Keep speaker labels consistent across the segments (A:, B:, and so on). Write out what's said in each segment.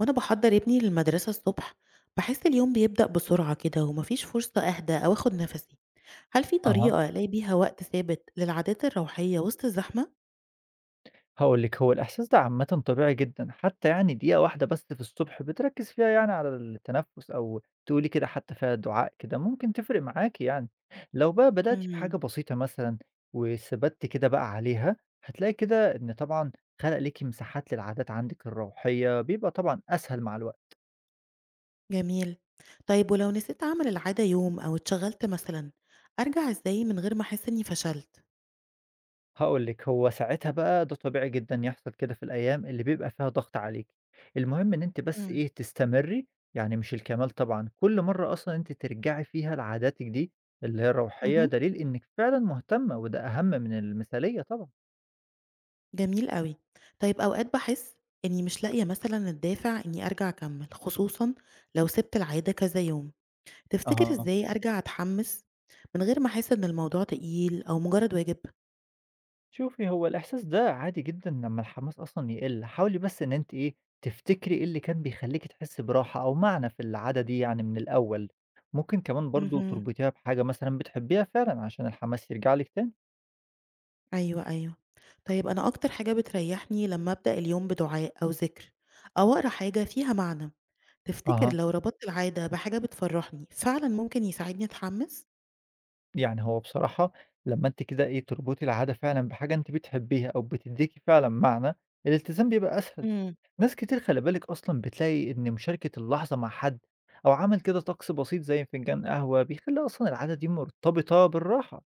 A: وأنا بحضّر ابني للمدرسة الصبح، باحس اليوم بيبدأ بسرعة كده ومفيش فرصة أهدى أو آخد نفسي، هل في
B: أها.
A: طريقة ألاقي بيها وقت ثابت للعادات الروحية وسط الزحمة؟
B: هاقول لِك، هو الإحساس ده عامةً طبيعي جدًا، حتى يعني دقيقة واحدة بس في الصبح بتركّز فيها يعني على التنفُّس أو تقولي كده حتى فيها دعاء كده، ممكن تفرق معاكِ يعني. لو بقى بدأتِ بحاجة
A: امم
B: بسيطة مثلًا وثبتِّ كده بقى عليها، هتلاقي كده إن طبعًا خَلَق ليكِ مساحات للعادات عندِك الروحية، بيبقى طبعًا أسهل مع الوقت.
A: جميل، طيب ولو نسيت أعمل العادة يوم أو اتشغلت مثلًا، أرجع إزاي من غير ما أحس إني فشلت؟
B: هاقول لِك، هو ساعتها بقى ده طبيعي جدًا يحصل كده في الأيام اللي بيبقى فيها ضغط عليكِ، المهم إن أنتِ بس
A: امم
B: إيه، تستمري، يعني مش الكمال طبعًا، كل مرّة أصلًا أنتِ ترجعي فيها لعاداتِك دي اللي هي الروحية،
A: مهم.
B: دليل إنِّك فعلًا مهتمة وده أهم من المثالية طبعًا.
A: جميل أوي، طيب أوقات باحس إني مش لاقية مثلًا الدافع إني أرجع أكمل، خصوصًا لو سِبت العادة كذا يوم، تفتكر
B: أها،
A: إزاي أرجع أتحمس من غير ما أحس إن الموضوع تقيل أو مجرد واجب؟
B: شوفي هو الإحساس ده عادي جدًا لمّا الحماس أصلًا يقِل، حاولي بس إن أنتِ إيه، تفتكري إيه اللي كان بيخلّيكِ تحسّي براحة أو معنى في العادة دي يعني من الأول، ممكن كمان برضه
A: اهم.
B: تربطيها بحاجة مثلًا بتحبيها فعلًا عشان الحماس يرجع لِك تاني.
A: أيوه، أيوه. طيب أنا أكتر حاجة بتريحني لمّا أبدأ اليوم بدعاء أو ذِكر أو أقرا حاجة فيها معنى، تفتكر
B: أها،
A: لو ربطت العادة بحاجة بتفرحني فعلًا ممكن يساعدني أتحمس؟
B: يعني هو بصراحة لمّا أنتِ كده إيه، تربطي العادة فعلًا بحاجة أنتِ بتحبيها أو بتدّيكِ فعلًا معنى، الالتزام بيبقى أسهل.
A: إمم،
B: ناس كتير خلي بالِك أصلًا بتلاقي إن مشاركة اللحظة مع حد أو عمل كده طقس بسيط زي فنجان قهوة، بيخلّي أصلًا العادة دي مرتبطة بالراحة.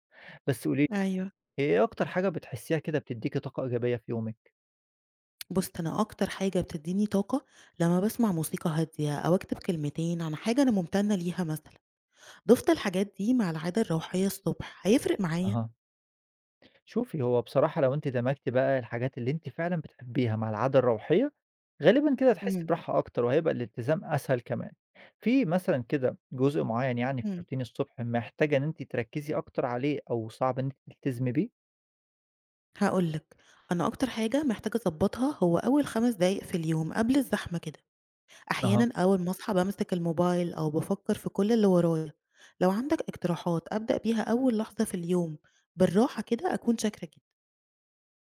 B: بس قولي لي،
A: أيوه.
B: إيه أكتر حاجة بتحسيها كده بتدّيكِ طاقة إيجابية في يومِك؟
A: بُص، أنا أكتر حاجة بتدّيني طاقة لمّا باسمع موسيقى هادية أو أكتب كلمتين عن حاجة أنا ممتنة ليها مثلًا، ضِفت الحاجات دي مع العادة الروحية الصبح هيفرق معايا؟
B: أها. شوفي، هو بصراحة لو أنتِ دمجتِ بقى الحاجات اللي أنتِ فعلًا بتحبيها مع العادة الروحية، غالبًا كده هتحسّي
A: إمم،
B: براحة أكتر وهيبقى الالتزام أسهل كمان. في مثلًا كده جزء معيّن يعني في
A: إمم.
B: روتين الصبح محتاجة إن أنتِ تركّزي أكتر عليه أو صعب إن أنتِ تلتزمي بيه؟
A: هاقول لك، أنا أكتر حاجة محتاجة أضبّطها هو أول 5 دقايق في اليوم قبل الزحمة كده، أحيانًا أول ما أصحى بامسك الموبايل أو بافكّر في كل اللي ورايا، لو عندك اقتراحات أبدأ بيها أول لحظة في اليوم بالراحة كده أكون شاكرة جدًا.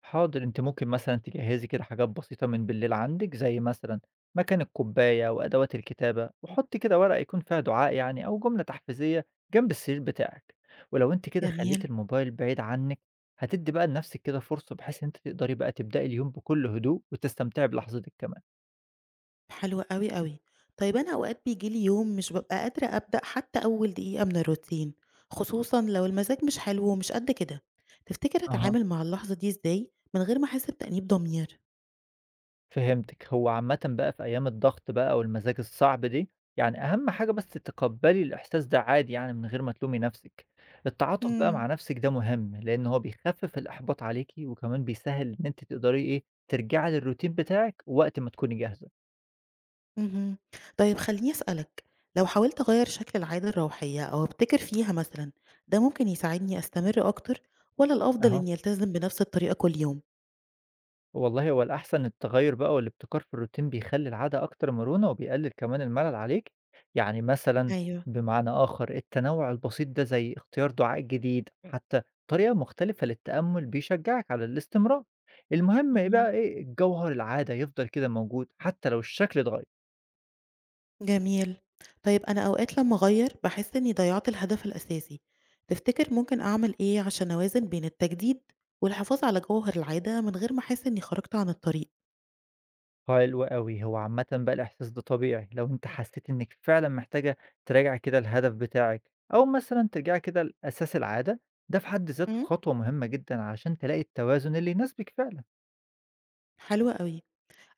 B: حاضر، أنتِ ممكن مثلًا تجهّزي كده حاجات بسيطة من بالليل عندِك، زي مثلًا مكان الكوباية وأدوات الكتابة، وحُطّي كده ورقة يكون فيها دعاء يعني أو جملة تحفيزية جنب السرير بتاعِك، ولو أنتِ كده خلّيتِ
A: جميل.
B: الموبايل بعيد عنِك، هتدّي بقى لنفسِك كده فرصة بحيث إن أنتِ تقدري بقى تبدئي اليوم بكل هدوء وتستمتعي بلحظتِك كمان.
A: حلو أوي، أوي. طيب أنا أوقات بييجي لي يوم مش بابقى قادرة أبدأ حتى أول دقيقة من الروتين، خصوصًا لو المزاج مش حلو ومش قد كده، تفتكر
B: أها،
A: أتعامل مع اللحظة دي إزاي من غير ما أحس بتأنيب ضمير؟
B: فهمتِك، هو عامةً بقى في أيام الضغط بقى والمزاج الصعب دي، يعني أهم حاجة بس تتقبّلي الإحساس ده عادي يعني من غير ما تلومي نَفْسِك. التعاطف بقى
A: إمم.
B: مع نَفْسِك ده مهم، لإن هو بيخفِّف الإحباط عليكِ وكمان بيسهِّل إن أنتِ تقدري إيه، ترجعي للroutine بتاعِك وقت ما تكوني جاهزة.
A: اهم. طيب خلّيني أسألك، لو حاولت أغيّر شكل العادة الروحية أو أبتكر فيها مثلًا، ده ممكن يساعدني أستمر أكتر والّا الأفضل
B: أهو،
A: إني ألتزم بنفس الطريقة كل يوم؟
B: والله هو الأحسن التغيّر بقى والابتكار في الروتين بيخلّي العادة أكتر مرونة وبيقلل كمان الملل عليكِ، يعني مثلًا
A: أيوه.
B: بمعنى آخر التنوّع البسيط ده زي اختيار دعاء جديد، حتى طريقة مختلفة للتأمل بيشجّعك على الاستمرار، المهم إيه
A: اهم.
B: بقى إيه الجوهر العادة يفضل كده موجود حتى لو الشكل اتغيّر.
A: جميل. طيب أنا أوقات لمّا أغيّر باحس إني ضيّعت الهدف الأساسي، تفتكر ممكن أعمل إيه عشان أوازن بين التجديد والحفاظ على جوهر العادة من غير ما أحس إني خرجت عن الطريق؟
B: حلو أوي، هو عامةً بقى الإحساس ده طبيعي، لو أنتِ حسيتِ إنِّك فعلًا محتاجة تراجعي كده الهدف بتاعِك، أو مثلًا ترجعي كده لأساس العادة، ده في حد ذاته
A: إمم.
B: خطوة مهمة جدًا علشان تلاقي التوازن اللي يناسبِك فعلًا.
A: حلو أوي.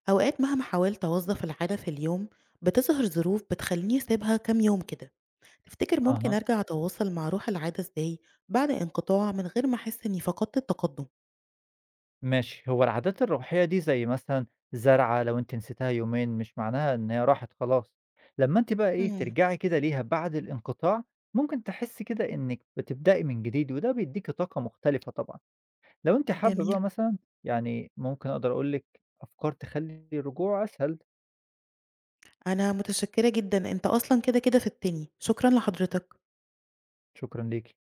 A: أوقات مهما حاولت أوظّف العادة في اليوم، بتظهر ظروف بتخلّيني أسيبها كام يوم كده. تفتكر ممكن
B: أها.
A: أرجع أتواصل مع روح العادة إزاي بعد انقطاع من غير ما أحس إني فقدت التقدم؟
B: ماشي، هو العادات الروحية دي زي مثلًا زرعة لو أنتِ نسيتها يومين مش معناها إن هي راحت خلاص، لمّا أنتِ بقى إيه
A: امم
B: ترجعي كده ليها بعد الانقطاع، ممكن تحسي كده إنِّك بتبدئي من جديد، وده بيديكِ طاقة مختلفة طبعًا. لو أنتِ حابة بقى
A: جميل.
B: مثلًا، يعني ممكن أقدر أقول لِك أفكار تخلّي الرجوع أسهل.
A: أنا متشكرة جدا أنت أصلا كده كده في التاني شكرا لحضرتك.
B: شكرًا ليكِ.